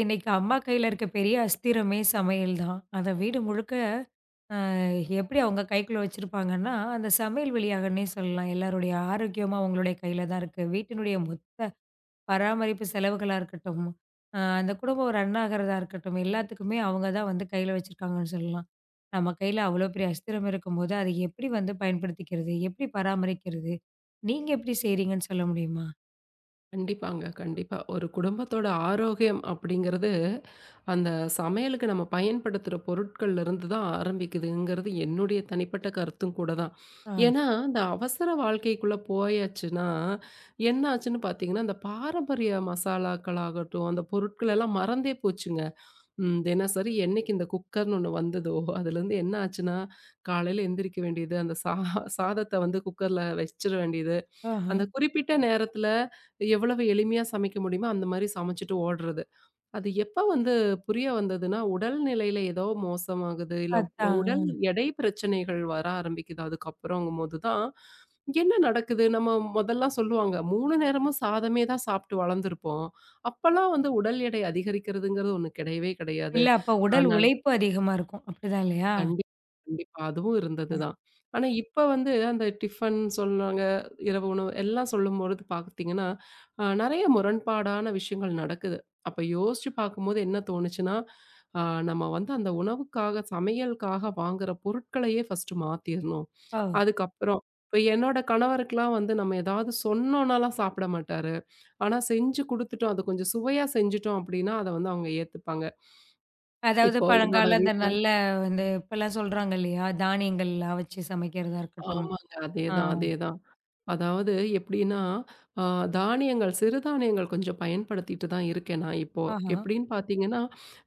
இன்னைக்கு அம்மா கையில இருக்க பெரிய அஸ்திரமே சமையல் தான். அத வீடு முழுக்க அ எப்படி அவங்க கைக்குள்ள வச்சிருப்பாங்கன்னா, அந்த சமையல் வெளியாகன்னே சொல்லலாம். எல்லாருடைய ஆரோக்கியமும் அவங்களுடைய கையில தான் இருக்கு. வீட்டினுடைய மொத்த பராமரிப்பு செலவுகளா இருக்கட்டும், அந்த குடும்பம் ரன் ஆகுறதா இருக்கட்டும், எல்லாத்துக்குமே அவங்க தான் வந்து கையில வச்சிருக்காங்கன்னு சொல்லலாம். நம்ம கையில அவ்வளோ பெரிய அஸ்திரம் இருக்கும்போது, அதை எப்படி வந்து பயன்படுத்திக்கிறது? எப்படி பராமரிக்கிறது? நீங்க எப்படி செய்றீங்கன்னு சொல்ல முடியுமா? கண்டிப்பாங்க. கண்டிப்பா. ஒரு குடும்பத்தோட ஆரோக்கியம் அப்படிங்கிறது, அந்த சமையலுக்கு நம்ம பயன்படுத்துற பொருட்கள்லருந்து தான் ஆரம்பிக்குதுங்கிறது என்னுடைய தனிப்பட்ட கருத்தும் கூட தான். ஆ. ஏன்னா, இந்த அவசர வாழ்க்கைக்குள்ள போயாச்சுன்னா, என்ன ஆச்சுன்னு பார்த்தீங்கன்னா, அந்த பாரம்பரிய மசாலாக்களாகட்டும், அந்த பொருட்கள் எல்லாம் மறந்தே போச்சுங்க. தினசரி என்னைக்கு இந்த குக்கர்ன்னு ஒண்ணு வந்ததோ, அதுலேருந்து என்ன ஆச்சுன்னா, காலையில எந்திரிக்க வேண்டியது, அந்த சாதத்த வந்து குக்கர்ல வச்சிர வேண்டியது, ஆஹ. அந்த குறிப்பிட்ட நேரத்துல எவ்வளவு எளிமையா சமைக்க முடியுமோ அந்த மாரி சமைச்சுட்டு ஓடுறது. அது எப்ப வந்து புரிய வந்ததுன்னா, உடல் நிலையில ஏதோ மோசமாகுது, இல்ல உடல் அதான். எடை பிரச்சனைகள் வர ஆரம்பிக்குது அதுக்கப்புறங்கும்போது தான், என்ன நடக்குது? நம்ம மொதல்லாம் சொல்லுவாங்க, 3 நேரமும் சாதமே தான் சாப்ட்டு வளர்ந்துருப்போம். அப்பல்லாம் வந்து உடல் எடை அதிகரிக்கிறதுங்கிறது ஒண்ணு கிடையவே கிடையாது. இல்ல, அப்ப உடல் ஆனா உழைப்பு அதிகமா இருக்கும். அப்படிதான் இல்லையா? கண்டிப்பா, கண்டிப்பா. அதுவும் இருந்தது தான். ஆனா இப்ப வந்து அந்த டிஃபன் சொல்றாங்க, இரவு உணவு எல்லாம் சொல்லும்பொழுது பார்த்தீங்கன்னா, நெறைய முரண்பாடான விஷயங்கள் நடக்குது. அப்ப யோசிச்சு பார்க்கும்போது என்ன தோணுச்சுன்னா, அ நம்ம வந்து அந்த உணவுக்காக, சமையலுக்காக வாங்குற பொருட்களையே ஃபர்ஸ்ட்டு மாத்திர்ணும். ஓ! அதுக்கப்புறம் இப்ப என்னோட கணவருக்குலாம் வந்து நம்ம ஏதாவது சொன்னோம்னாலாம் சாப்பிட மாட்டாரு. ஆனா செஞ்சு குடுத்துட்டோம், அது கொஞ்சம் சுவையா செஞ்சுட்டோம் அப்படின்னா, அத வந்து அவங்க ஏத்துப்பாங்க. அதாவது இப்போ என்னோட பழங்கால அந்த வீட்ல நல்ல வந்து இப்பலாம் சொல்றாங்க இல்லையா? தானியங்கள்லாம் வச்சு சமைக்கிறதா இருக்கட்டும். ஆமாங்க. ஆ. அதேதான், அதேதான். அதாவது எப்படின்னா, அ தானியங்கள், சிறுதானியங்கள் கொஞ்சம் பயன்படுத்திட்டு தான் இருக்கேன் நான் இப்போ. ஆஹா. எப்படின்னு பார்த்தீங்கன்னா,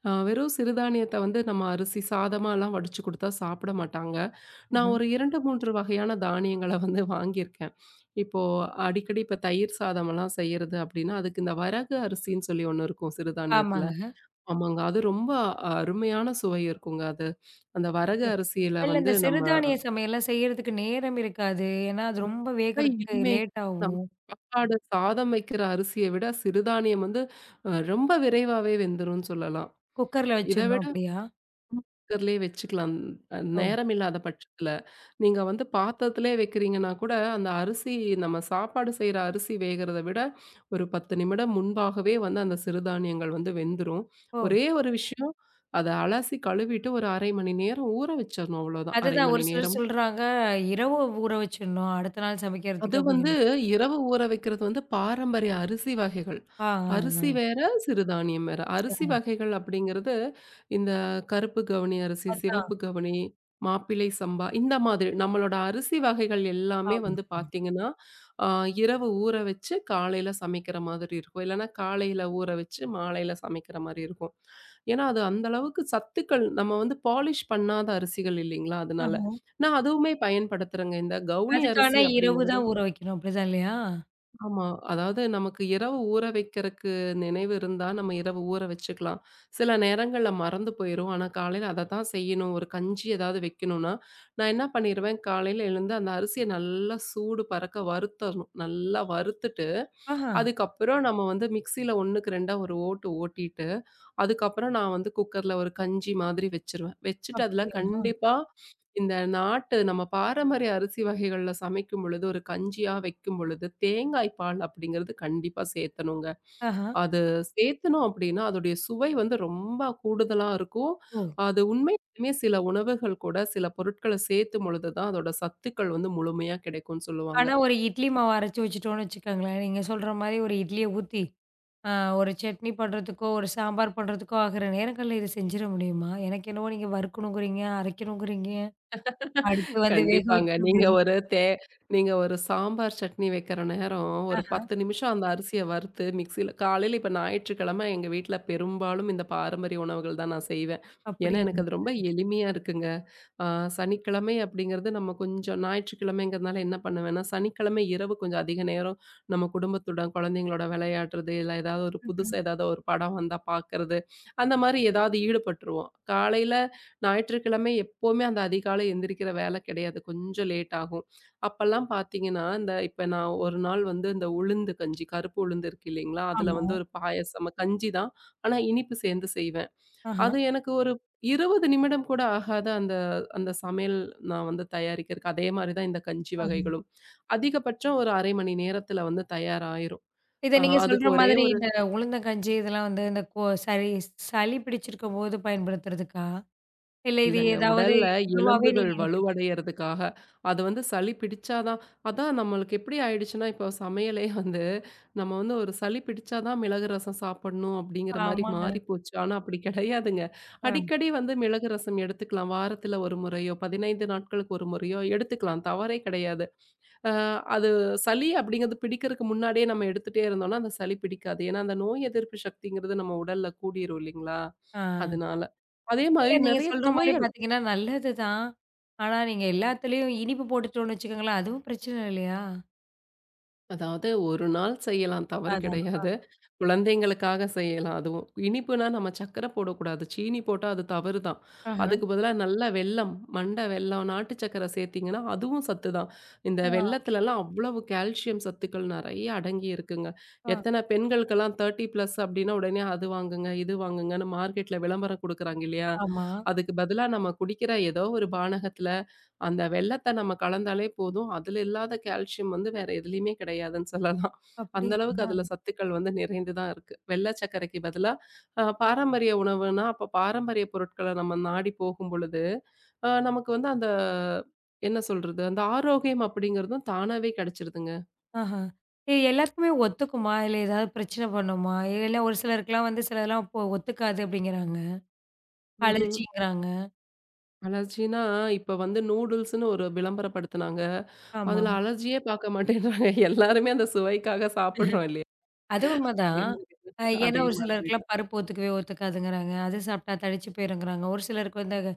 வெறும் சிறுதானியத்த வந்து நம்ம அரிசி சாதமாலாம் வடிச்சு குடுத்தா சாப்பிட மாட்டாங்க. நான் ம்ஹ்ம். ஒரு 2, 3 வகையான தானியங்கள வந்து வாங்கியிருக்கேன். இப்போ அடிக்கடி இப்ப தயிர் சாதமெல்லாம் செய்யறது அப்படின்னா, அதுக்கு இந்த வரகு அரிசின்னு சொல்லி ஒண்ணு இருக்கும் சிறுதானியத்துல. ஆமாங்க. ஆமாங்க. அது ரொம்ப அருமையான சுவை இருக்குங்க அது. அந்த வரகு அப்படி அரிசியில அதுல வந்து இந்த நம்ம சிறுதானிய சமையல்லாம் செய்யறதுக்கு நேரம் இருக்காது. ஏன்னா, அது ரொம்ப வேகறதுக்கு இனிமை லேட் நம்ம ஆகும். சாப்பாடு, சாதம் வைக்கிற அரிசிய விட சிறுதானியம் வந்து ரொம்ப விரைவாவே வெந்துரும்ன்னு சொல்லலாம். குக்கர்ல இத வச்சிரணும் விட அப்படியா? குக்கர்லயே வச்சுக்கலாம். ஓ! நேரம் இல்லாத பட்சத்துல. நீங்க வந்து பாத்திரத்திலே வைக்கிறீங்கன்னா கூட, அந்த அரிசி நம்ம சாப்பாடு செய்ற அரிசி வேகறத விட, ஒரு 10 நிமிடம் முன்பாகவே வந்து அந்த சிறுதானியங்கள் வந்து வெந்துரும். ஓ! ஒரே ஒரு விஷயம், அத அலசி கழுவிட்டு ஒரு 1/2 மணி நேரம் ஊற வச்சிரணும் அவ்வளோதான். 1/2 அதுதான் ஒரு மணி சிலர் நேரம் சொல்றாங்க, இரவு ஊற வச்சிடணும். அடுத்த நாள் அது சமைக்கிறதுக்கு வந்து அப்படிங்கிறாங்க. இரவு ஊற வைக்கிறது வந்து பாரம்பரிய அரிசி வகைகள். ஆ, ஆ, அரிசி ஆ. வேற, சிறுதானியம் வேற. அரிசி சரி. வகைகள் அப்படிங்கிறது, இந்த கருப்பு கவுனி அரிசி, அதான். சிவப்பு கவுனி, மாப்பிள்ளை சம்பா இந்த மாதிரி நம்மளோட அரிசி வகைகள் எல்லாமே ஆமா. வந்து ஆமா. பார்த்தீங்கன்னா, அ இரவு ஊற வச்சு காலையில சமைக்கிற மாதிரி இருக்கும். இல்லன்னா காலையில ஊற வச்சு மாலையில சமைக்கிற மாரி இருக்கும். ஏன்னா, அது அந்த அளவுக்கு சத்துக்கள் நம்ம வந்து பாலிஷ் பண்ணாத அரிசிகள் இல்லைங்களா? அதனால. ஆஹா. நான் அதுவுமே பயன்படுத்துறேங்க. இந்த கவுனி அரிசி அதுக்கான இரவு அப்படிங்கிறது தான் ஊற வைக்கணும். அப்படிதான் இல்லையா? ஆமா. அதாவது நமக்கு இரவு ஊற வைக்கிறக்கு நினைவு இருந்தா, நம்ம இரவு ஊற வச்சுக்கலாம். சில நேரங்கள்ல மறந்து போயிரும். ஆனா, காலையில அததான் செய்யணும். ஒரு கஞ்சி ஏதாவது வைக்கணும்னா, நான் என்ன பண்ணிருவேன், காலையில எழுந்து அந்த அரிசிய நல்லா சூடு பறக்க வறுத்தரணும். நல்லா வறுத்துட்டு, ஆஹா! அதுக்கப்புறம் நம்ம வந்து மிக்ஸியில 1க்கு 2ஆ ஒரு ஓட்டு ஓட்டிட்டு, அதுக்கப்புறம் நான் வந்து குக்கர்ல ஒரு கஞ்சி மாதிரி வச்சுருவேன். வச்சுட்டு அதுல அப்படியா? கண்டிப்பா இந்த நாட்டு நம்ம பாரம்பரிய அரிசி வகைகள்ல சமைக்கும் பொழுது, ஒரு கஞ்சியா வைக்கும் பொழுது, தேங்காய் பால் அப்படிங்கிறது கண்டிப்பா சேத்தணுங்க. ஆஹா! அது சேத்தனோம் அப்படின்னா, அதோடைய சுவை வந்து ரொம்ப கூடுதலா இருக்கும். ஓ! அது உண்மையிலுமே சில உணவுகள் கூட சில பொருட்கள சேத்தும் பொழுது தான் அதோட சத்துக்கள் வந்து முழுமையா கிடைக்கும்னு சொல்லுவாங்க. ஆனா ஒரு இட்லி மாவு அரைச்சு வச்சுட்டோம்னு வச்சுக்கோங்களேன், நீங்க சொல்ற மாரி ஒரு இட்லிய ஊத்தி, அ ஒரு சட்னி பண்றதுக்கோ, ஒரு சாம்பார் பண்றதுக்கோ ஆகுற நேரங்கள்ல இத செஞ்சிட முடியுமா? எனக்கு என்னவோ நீங்க வறுக்கணுங்கிறீங்க, அரைக்கணுங்கிறீங்க, அடுத்து வந்து வேக கண்டிப்பாங்க. வைக்கணுங்கிறீங்க. நீங்க ஒரு சாம்பார் சட்னி வைக்கிற நேரம், ஒரு ஆஹா! 10 நிமிஷம் அந்த அரிசிய வறுத்து மிக்ஸியில காலையில இப்ப ஞாயிற்றுக்கிழமை எங்க வீட்ல பெரும்பாலும் இந்த பாரம்பரிய உணவுகள் தான் நான் செய்வேன். ஏன்னா, எனக்கு அப்படியாங்க. அது ரொம்ப எளிமையா இருக்குங்க. ஆ சனிக்கிழமை அப்படிங்கிறது நம்ம கொஞ்சம் ஞாயிற்றுக்கிழமைங்கிறதுனால என்ன பண்ணுவேன்னா, சனிக்கிழமை இரவு கொஞ்சம் அதிக நேரம் நம்ம குடும்பத்துடன் குழந்தைங்களோட விளையாடுறது, இல்ல ஏதாவது ஒரு ம்ஹ்ம். புதுசா ஏதாவது ஒரு படம் வந்தா பார்க்கறது, அந்த மாரி ஏதாவது ஈடுபட்டுருவோம். காலையில ஞாயிற்றுக்கிழமை எப்பவுமே அந்த அதிகாலை எந்திரிக்கிற வேலை கிடையாது. கொஞ்சம் லேட் ஆகும். அப்பல்லாம் பார்த்தீங்கன்னா, இந்த இப்ப நான் ஒரு நாள் வந்து இந்த உளுந்து கஞ்சி, கருப்பு உளுந்து இருக்கு இல்லைங்களா? அதுல ஆமா. வந்து ஒரு பாயாசமா கஞ்சி தான். ஆனா இனிப்பு சேர்ந்து செய்வேன். ஆஹா, அது எனக்கு ஒரு 20 நிமிடம் கூட ஆகாத அந்த அந்த சமையல் நான் வந்து தயாரிக்கிறதுக்கு. அதே மாரி தான் இந்த கஞ்சி ஆஹா. வகைகளும். அதிகபட்சம் ஒரு 1/2 மணி நேரத்தில வந்து தயாராயிரும். இத அ நீங்க அதுக்கு சொல்ற ஒரே மாதிரி ஒரு இந்த உளுந்தங்கஞ்சி இதெல்லாம் வந்து இந்த கோ சளி சளி பிடிச்சிருக்கும்போது பயன்படுத்துறதுக்கா? இல்ல இது இல்லங்க. ஏதாவது உடல்ல உணவாவே எலும்புகள் நீங்க எடுத்துட்டு வலுவடையறதுக்காக, அது வந்து சளி பிடிச்சா தான் அதான் நம்மளுக்கு எப்படி ஆயிடுச்சுன்னா, இப்போ சமையலே வந்து நம்ம வந்து ஒரு சளி பிடிச்சா தான் மிளகு ரசம் சாப்பிடணும் அப்படிங்கிற மாரி ஆமாங்க. மாறி போச்சு. ஆனா அப்படி கிடையாதுங்க. அ, அடிக்கடி வந்து மிளகு ரசம் எடுத்துக்கலாம். வாரத்தில 1 முறையோ, 15 நாட்களுக்கு 1 முறையோ எடுத்துக்கலாம். தவறே கிடையாது. அ அது சளி அப்படிங்கிறது பிடிக்கிறதுக்கு முன்னாடியே நம்ம எடுத்துட்டே இருந்தோம்னா, அந்த சளி பிடிக்காது. ஏன்னா, அந்த நோய் எதிர்ப்பு சக்திங்கிறது நம்ம உடல்ல கூடிரும் இல்லைங்களா? ஆ. அதனால. அதே இல்ல மாரி நீங்க நெறைய சொல்ற மாரி துவையல் பார்த்தீங்கன்னா, நல்லது தான். ஆனா நீங்க எல்லாத்துலயும் இனிப்பு போட்டுட்டோம்னு வச்சுக்கோங்களேன், அதுவும் பிரச்சனை இல்லையா? அதாவது ஒரு நாள் செய்யலாம் தவறு அதான். கிடையாது. குழந்தைங்களுக்காக செய்யலாம் அதுவும். இனிப்புனா நம்ம சர்க்கரை போடக்கூடாது. சீனி போட்டா அது தவறு தான். ஆஹா. அதுக்கு பதிலா நல்லா வெல்லம், மண்ட வெல்லம், நாட்டு சர்க்கரை சேர்த்தீங்கன்னா அதுவும் சத்து தான். இந்த ஆ, வெல்லத்துலலாம் அவ்வளவு கால்சியம் சத்துக்கள் நெறைய அடங்கி இருக்குங்க. ஆ, எத்தன பெண்களுக்கெல்லாம் 30 பிளஸ் அப்டின்னா உடனே அது வாங்குங்க, இது வாங்குங்கன்னு மார்க்கெட்ல விளம்பரம் குடுக்குறாங்க இல்லையா? ஆமா. அதுக்கு பதிலா நம்ம குடிக்கிற ஏதோ ஒரு பானகத்துல அந்த வெல்லத்த நம்ம கலந்தாலே போதும். அதுல இல்லாத கால்சியம் வந்து வேற எதுலயுமே கிடையாதுன்னு சொல்லலாம். அந்த அளவுக்கு அப்படிங்களா? அதுல சத்துக்கள் வந்து நிறைந்து தான் இருக்கு. வெள்ள சர்க்கரைக்கு பதிலா பாரம்பரிய உணவுனா, அப்ப பாரம்பரிய பொருட்கள நம்ம நாடி போகும்பொழுது, நமக்கு வந்து அந்த என்ன சொல்றது? அந்த ஆரோக்கியம் அப்படிங்கிறதும் தானாவே கிடைச்சிருதுங்க. ஆஹா. இது எல்லாத்துக்குமே ஒத்துக்குமா? இல்ல ஏதாவது பிரச்சனை பண்ணுமா? இல்ல ஒரு சிலருக்குலாம் வந்து சிலதெல்லாம் இப்போ ஒத்துக்காது அப்படிங்கிறாங்க. ம்ஹ்ம். அலர்ஜிங்கிறாங்க. அலர்ஜினா இப்ப வந்து நூடுல்ஸ்ன்னு ஒரு விளம்பரப்படுத்துனாங்க. ஆமா. அதுல அலர்ஜியே பார்க்க மாட்டேன்றாங்க. எல்லாருமே அந்த சுவைக்காக சாப்பிடுறோம் இல்லையா? அது உண்மதான். ஏன்னா அதே ஒரு மாதிரி சிலருக்குலாம் தான். பருப்பு ஒத்துக்கவே ஒத்துக்காதுங்கிறாங்க. அது சாப்பிட்டா தடிச்சு போயிருங்கிறாங்க. ஒரு சிலருக்கு வந்து அது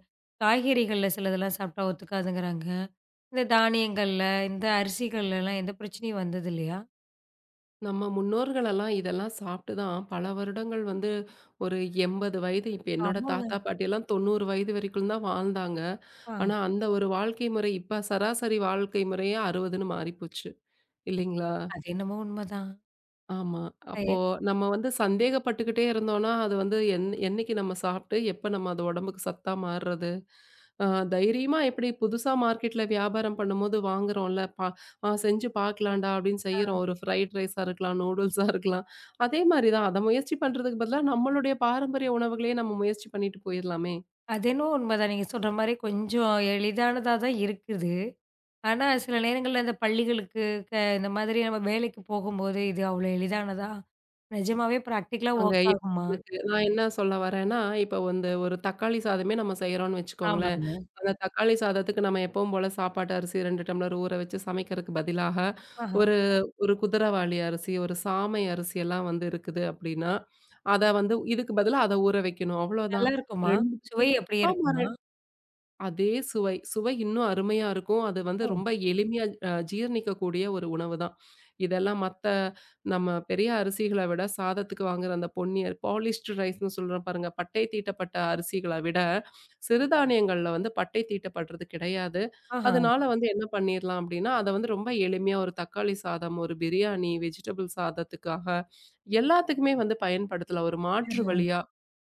காய்கறிகள்ல சிலதெல்லாம் சாப்பிட்டா ஒத்துக்காதுங்கிறாங்க. இந்த தானியங்கள்ல, இந்த அரிசிகள்லலாம் எந்த பிரச்சனையும் வந்தது இல்லையா? நம்ம முன்னோர்களெல்லாம் இதெல்லாம் சாப்பிட்டு தான் பல வருடங்கள் வந்து ஒரு 80 வயது இப்ப என்னோட ஆமாங்க. தாத்தா பாட்டியெல்லாம் 90 வயது வரைக்கும் தான் வாழ்ந்தாங்க. ஆ. ஆனா, அந்த ஒரு வாழ்க்கை முறை இப்ப சராசரி வாழ்க்கை முறையே 60ன்னு மாறிப்போச்சு. இல்லைங்களா? அது என்னமோ உண்மதான். ஆமா. அ அப்போ நம்ம வந்து சந்தேகப்பட்டுக்கிட்டே இருந்தோம்னா, அது வந்து என்னைக்கு நம்ம சாப்பிட்டு, எப்ப நம்ம அது உடம்புக்கு சத்தா மாறுறது? அ தைரியமா எப்படி புதுசா மார்க்கெட்ல வியாபாரம் பண்ணும்போது வாங்குறோம்ல, "ஆ செஞ்சு பார்க்கலாம்டா" அப்படின்னு செய்றோம். ஒரு ஃப்ரைட் ரைஸா இருக்கலாம், நூடுல்ஸா இருக்கலாம். அதே மாரி தான் அத முயற்சி பண்றதுக்கு பதிலா, நம்மளுடைய பாரம்பரிய உணவுகளே நம்ம முயற்சி பண்ணிட்டு போயிரலாமே. அது என்னவோ உண்மதான். நீங்க சொல்ற மாரி கொஞ்சம் எளிதானதா தான் இருக்குது. ஆனா சில நேரங்கள்ல இந்த பள்ளிகளுக்கு க இந்த மாதிரி நம்ம வேலைக்கு போகும்போது இது அவ்வளோ எளிதானதா? நிஜமாவே பிராக்டிகலா அங்க ஒர்க் ஆகுமா? எனக்கு நான் என்ன சொல்ல வரேன்னா, இப்போ வந்து ஒரு தக்காளி சாதமே நம்ம செய்றோம்னு வச்சுக்கோங்களேன். ஆமாங்க. அந்த தக்காளி சாதத்துக்கு நம்ம எப்பவும் போல சாப்பாட்டு அரிசி 2 டம்ளர் ஊற வச்சு சமைக்கிறதுக்கு பதிலாக, ஆஹ. ஒரு ஒரு குதிரைவாலி அரிசி, ஒரு சாமை அரிசி எல்லாம் வந்து இருக்குது அப்படின்னா, அத வந்து இதுக்கு பதிலா அத ஊற வைக்கணும். நல்லா அவ்வளோதான். இருக்குமா? 2 சுவை அப்படியே ஆமா இருக்குமா? ரெ அதே சுவை. சுவை இன்னும் அருமையா இருக்கும். அது வந்து ஓ! ரொம்ப எளிமையா ஜீரணிக்கக்கூடிய ஒரு உணவு தான். இதெல்லாம் மத்த நம்ம பெரிய அரிசிகள விட சாதத்துக்கு வாங்குற அந்த பொன்னி பாலிஸ்டரைஸ்ன்னு சொல்றோம் பாருங்க. பட்டை தீட்டப்பட்ட அரிசிகள விட சிறுதானியங்கள்ல வந்து பட்டை தீட்டப்படுறது கிடையாது. ஆஹா, அதனால வந்து என்ன பண்ணிரலாம் அப்டின்னா, அத வந்து ரொம்ப எளிமையா ஒரு தக்காளி சாதம், ஒரு பிரியாணி, வெஜிடபிள் சாதத்துக்காக எல்லாத்துக்குமே வந்து பயன்படுத்தலாம். ஒரு மாற்று ஆஹா. வழியா.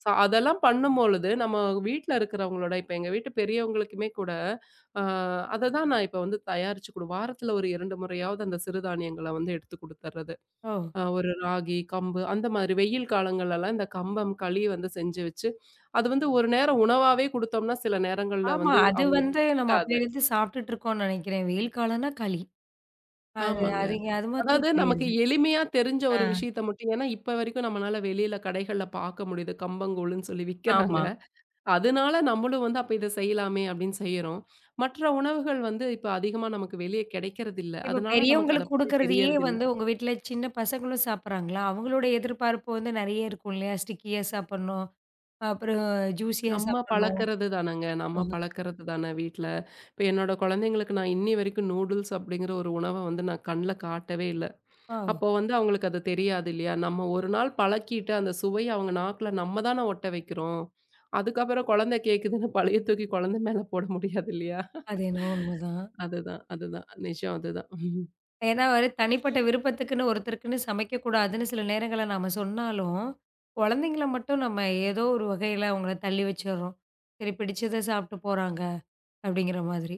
சோ அதெல்லாம் பண்ணும்பொழுது நம்ம வீட்ல இருக்கிறவங்களோட இப்ப எங்க வீட்டு பெரியவங்களுக்குமே கூட, அ அத தான் நான் இப்ப வந்து தயாரிச்சு குடு வாரத்துல ஒரு 2 முறையாவது அந்த சிறுதானியங்கள வந்து எடுத்து குடுத்துர்றது. ஓ! ஒரு ராகி, கம்பு அந்த மாதிரி வெயில் காலங்கள்லலாம் இந்த கம்பம், களி வந்து செஞ்சு வச்சு, அது வந்து ஒரு நேரம் உணவாவே குடுத்தோம்னா, சில நேரங்கள்ல ஆமா. வந்து அது அவங்களுக்கு வந்து நம்ம பிடிக்காது. அப்பயிலருந்து சாப்பிட்டுட்டு இருக்கோம்னு நெனைக்கிறேன். வெயில் காலம்னா களி. அது ஆமாங்க. அது அது அதாவது மாத்திரம் நமக்கு தெரியுது. எளிமையா தெரிஞ்ச ஒரு ஆ, விஷயத்த மட்டும் ஏன்னா இப்ப வரைக்கும் நம்மளால வெளியில கடைகள்ல பார்க்க முடியுது. கம்பங்கூழ்ன்னு சொல்லி விக்கிறாங்க. ஆமா. அதனால நம்மளும் வந்து அப்ப இத செய்யலாமே அப்படின்னு செய்யறோம். மற்ற உணவுகள் வந்து இப்ப அதிகமா நமக்கு வெளிய கிடைக்கிறதில்ல. இப்ப அதனால நமக்கு அத பெரியவங்களுக்கு பத்தி குடுக்குறதையே தெரியறதில்ல. வந்து உங்க வீட்ல சின்ன பசங்களும் சாப்பிடுறாங்களா? அவங்களோட எதிர்பார்ப்பு வந்து நெறைய இருக்கும் இல்லையா? ஸ்டிக்கியா சாப்பிடணும். அப்புறம் ஜூஸியா நம்ம சாப்பிடணும். பழக்கறது தானங்க. நம்ம பழக்கறது தானே வீட்ல. இப்ப என்னோட குழந்தைங்களுக்கு நான் இன்னி வரைக்கும் நூடுல்ஸ் அப்படிங்கிற ஒரு உணவ வந்து நான் கண்ல காட்டவே இல்ல. ஆ, அப்போ வந்து அவங்களுக்கு அது தெரியாது இல்லையா? நம்ம ஒரு நாள் பழக்கிட்டு அந்த சுவை அவங்க நாக்குல நம்ம தானே ஒட்ட வைக்கிறோம். அதுக்கப்புறம் குழந்தை கேட்குதுன்னு பழைய தூக்கி குழந்தை மேல போட முடியாது இல்லையா? அது என்னவோ உண்மதான். அதுதான், அதுதான். நிஜம் அதுதான். உம். ஏன்னா ஒரு தனிப்பட்ட விருப்பத்துக்குன்னு, ஒருத்தருக்குன்னு சமைக்கக்கூடாதுன்னு சில நேரங்கள்ல நாம சொன்னாலும், குழந்தைங்கள மட்டும் நம்ம ஏதோ ஒரு வகையில அவங்கள தள்ளி வச்சுர்றோம். சரி பிடிச்சத சாப்பிட்டு போறாங்க, அப்படிங்கிற மாதிரி.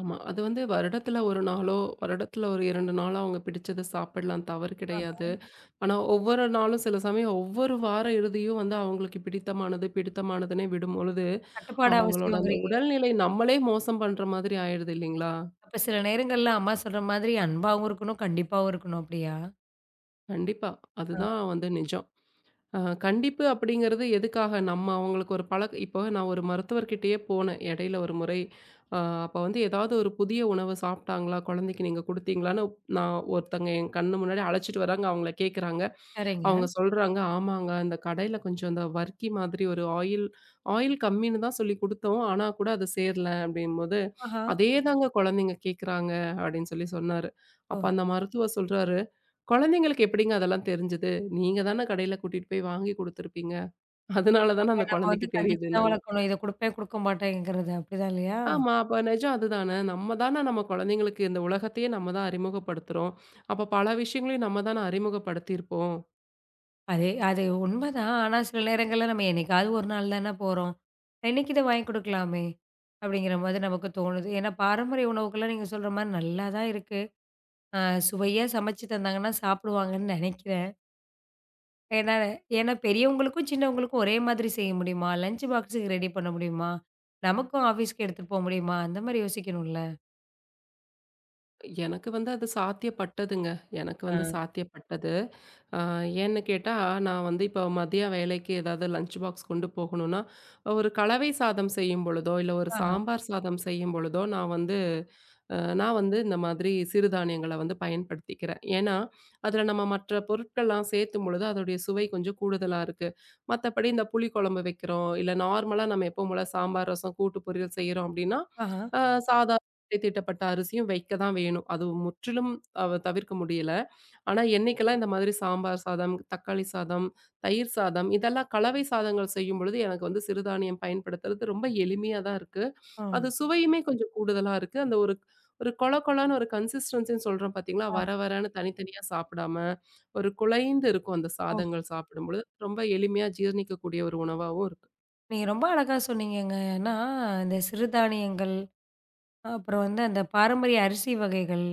ஆமா. அது வந்து வருடத்துல 1 நாளோ, வருடத்துல ஒரு 2 நாளோ அவங்க பிடிச்சத சாப்பிடலாம். தவறு ஆஹ. கிடையாது. ஆனா, ஒவ்வொரு நாளும் சில சமயம் ஒவ்வொரு வார இறுதியும் வந்து அவங்களுக்கு பிடித்தமானது, பிடித்தமானதுன்னே விடும்பொழுது, கட்டுப்பாடு அவங்களோட அந்த அவசியங்கிறீங்க. உடல்நிலை நம்மளே மோசம் பண்ற மாதிரி ஆயிடுது இல்லைங்களா? அப்ப சில நேரங்கள்ல அம்மா சொல்ற மாதிரி அன்பாவும் இருக்கணும், கண்டிப்பாவும் இருக்கணும் அப்படியா? கண்டிப்பா. ஆ. அதுதான் வந்து நிஜம். அ கண்டிப்பு அப்படிங்கிறது எதுக்காக? நம்ம அவங்களுக்கு ஒரு பழக்க இப்போ நான் ஒரு மருத்துவர்கிட்டயே போனேன் இடையில ஒரு முறை. அ அப்ப வந்து ஏதாவது ஒரு புதிய உணவு சாப்பிட்டாங்களா? குழந்தைக்கு நீங்க குடுத்தீங்களான்னு நான் ஒருத்தங்க என் கண்ணு முன்னாடி அழைச்சிட்டு வராங்க. அவங்கள கேட்குறாங்க. சரிங்க. அவங்க சொல்றாங்க, "ஆமாங்க. அந்த கடையில கொஞ்சம் அந்த வர்க்கி மாதிரி ஒரு ஆயில் ஆயில் கம்மின்னு தான் சொல்லி குடுத்தோம். ஆனா கூட அது சேரல." அப்படிங்கும்போது, ஆஹா. "அதேதாங்க குழந்தைங்க கேட்குறாங்க." அப்படின்னு சொல்லி சொன்னாரு. அப்ப ஓ! அந்த மருத்துவர் சொல்றாரு, "குழந்தைங்களுக்கு எப்படிங்க அதெல்லாம் தெரிஞ்சது? நீங்க தானே கடையில கூட்டிட்டு போய் வாங்கி குடுத்துருப்பீங்க. அதனால தானே அப்ப அந்த நம்ம வந்து குழந்தைக்கு கண்டிச்சு தான் தெரியுதுன்னாங்க." வளர்க்கணும். இத குடுப்பேன், குடுக்க மாட்டேங்கிறது அப்படிதான் இல்லையா? ஆமா, அப்ப நிஜம் அதுதானே. நம்ம தானே நம்ம குழந்தைங்களுக்கு இந்த உலகத்தையே நம்ம தான் அறிமுகப்படுத்துறோம். அப்ப பல விஷயங்களையும் நம்ம தானே அறிமுகப்படுத்தியிருப்போம். அது அது உண்மைதான். ஆனா, சில நேரங்கள்ல நம்ம என்னைக்காவது ஒரு நாள் தானே போறோம். இன்னைக்கு இத வாங்கி குடுக்கலாமே! அப்படிங்கிற மாதிரி நமக்கு தோணுது. ஏன்னா, பாரம்பரிய உணவுக்கெல்லாம் நீங்க சொல்ற மாரி நல்லா தான் இருக்கு. அ சுவையா சமைச்சு தந்தாங்கன்னா சாப்பிடுவாங்கன்னு நினைக்கிறேன். ஏன்னா ஏன்னா பெரியவங்களுக்கும், சின்னவங்களுக்கும் ஒரே மாதிரி செய்ய முடியுமா? லஞ்ச் பாக்ஸுக்கு ரெடி பண்ண முடியுமா? நமக்கும் ஆஃபீஸ்க்கு எடுத்துட்டு போக முடியுமா? அந்த மாரி யோசிக்கணும்ல. எனக்கு வந்து அது சாத்தியப்பட்டதுங்க. எனக்கு ஆ. வந்து சாத்தியப்பட்டது. அ ஏன்னு கேட்டா, நான் வந்து இப்போ மதிய வேலைக்கு ஏதாவது லஞ்ச் பாக்ஸ் கொண்டு போகணும்னா, ஒரு கலவை சாதம் செய்யும் பொழுதோ, இல்ல ஒரு ஆஹா, சாம்பார் சாதம் செய்யும் பொழுதோ, நான் வந்து இந்த மாதிரி சிறுதானியங்கள வந்து பயன்படுத்திக்கிறேன். ஏன்னா, அதுல நம்ம மற்ற பொருட்கள்லாம் சேர்த்தும் பொழுது அதோடைய சுவை கொஞ்சம் கூடுதலா இருக்கு. மத்தபடி இந்த புளி குழம்பு வைக்கிறோம், இல்ல நார்மலா நம்ம எப்பவும் போல சாம்பார், ரசம், கூட்டு பொரியல் செய்றோம் அப்படின்னா, ஆஹா. அ ம். சாதாரண தீட்டப்பட்ட அரிசியும் வைக்க தான் வேணும். அது முற்றிலும் தவிர்க்க முடியல. ஆனா, என்னைக்கெல்லாம் இந்த மாதிரி சாம்பார் சாதம், தக்காளி சாதம், தயிர் சாதம் இதெல்லாம் கலவை சாதங்கள் செய்யும் பொழுது எனக்கு வந்து சிறுதானியம் பயன்படுத்துறது ரொம்ப எளிமையா தான் இருக்கு. ம். அது சுவையுமே கொஞ்சம் கூடுதலா இருக்கு. அந்த ஒரு ஒரு கொழ கொழன்னு ஒரு கன்சிஸ்டன்ஸின்னு சொல்றோம் பார்த்தீங்களா? ஆமா. வர வரன்னு தனித்தனியா சாப்பிடாம, ஒரு குழைந்து இருக்கும் அந்த ஓ! சாதங்கள் சாப்பிடும்பொழுது, ரொம்ப எளிமையா ஜீரணிக்கக்கூடிய ஒரு உணவாவும் இருக்கு. நீங்க ரொம்ப அழகா சொன்னீங்கங்க. ஏன்னா, இந்த சிறுதானியங்கள் அப்புறம் வந்து அந்த பாரம்பரிய அரிசி வகைகள்,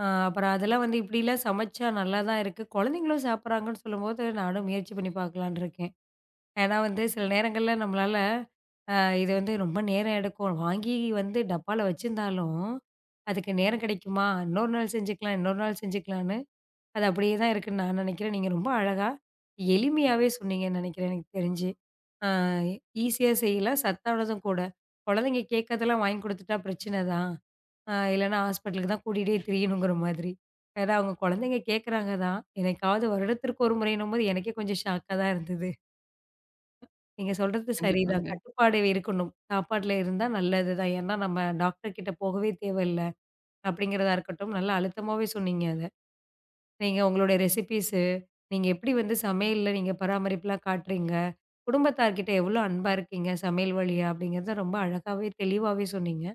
அப்புறம் அதெல்லாம் வந்து இப்படிலாம் சமைச்சா நல்லா தான் இருக்கு. குழந்தைங்களும் சாப்பிடுறாங்கன்னு சொல்லும்போது, நானும் முயற்சி பண்ணி பார்க்கலான்னு இருக்கேன். ஏன்னா வந்து சில நேரங்கள்ல நம்மளால அ இது வந்து ரொம்ப நேரம் எடுக்கும். வாங்கி வந்து டப்பால வச்சிருந்தாலும், அதுக்கு நேரம் கிடைக்குமா? இன்னொரு நாள் செஞ்சுக்கலாம், இன்னொரு நாள் செஞ்சுக்கலான்னு, அது அப்படியே தான் இருக்குன்னு நான் நினைக்கிறேன். நீங்க ரொம்ப அழகா, எளிமையாவே சொன்னீங்கன்னு நினைக்கிறேன் எனக்கு தெரிஞ்சு. அ ஈஸியா செய்யலாம், சத்தானதும் கூட. குழந்தைங்க கேட்கறதெல்லாம் வாங்கி குடுத்துட்டா பிரச்சனை தான். இல்லன்னா ஹாஸ்பிட்டலுக்கு தான் கூட்டிட்டே திரியணுங்கிற மாதிரி. ஏன்னா அவங்க குழந்தைங்க கேட்கறாங்க தான். என்னைக்காவது வருடத்திற்கு ஒரு முறைன்னும்போது எனக்கே கொஞ்சம் ஷாக்கா தான் இருந்தது. நீங்க சொல்றது சரிதான். கண்டிப்பாங்க. கட்டுப்பாடு இருக்கணும். சாப்பாட்ல இருந்தா நல்லது தான். ஏன்னா நம்ம டாக்டர் கிட்ட போகவே தேவையில்ல. அப்படிங்கிறதா இருக்கட்டும், நல்லா அழுத்தமாவே சொன்னீங்க அத. நீங்க உங்களுடைய ரெசிபீஸு, நீங்க எப்படி வந்து சமையல்ல நீங்க பராமரிப்புலாம் காட்டுறீங்க, குடும்பத்தார்கிட்ட எவ்வளோ அன்பா இருக்கீங்க சமையல் வழியா அப்படிங்கிறத ரொம்ப அழகாவே, தெளிவாவே சொன்னீங்க.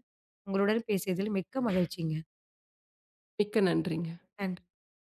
உங்களுடன் பேசியதில் மிக்க மகிழ்ச்சிங்க. மிக்க நன்றிங்க. நன்றி.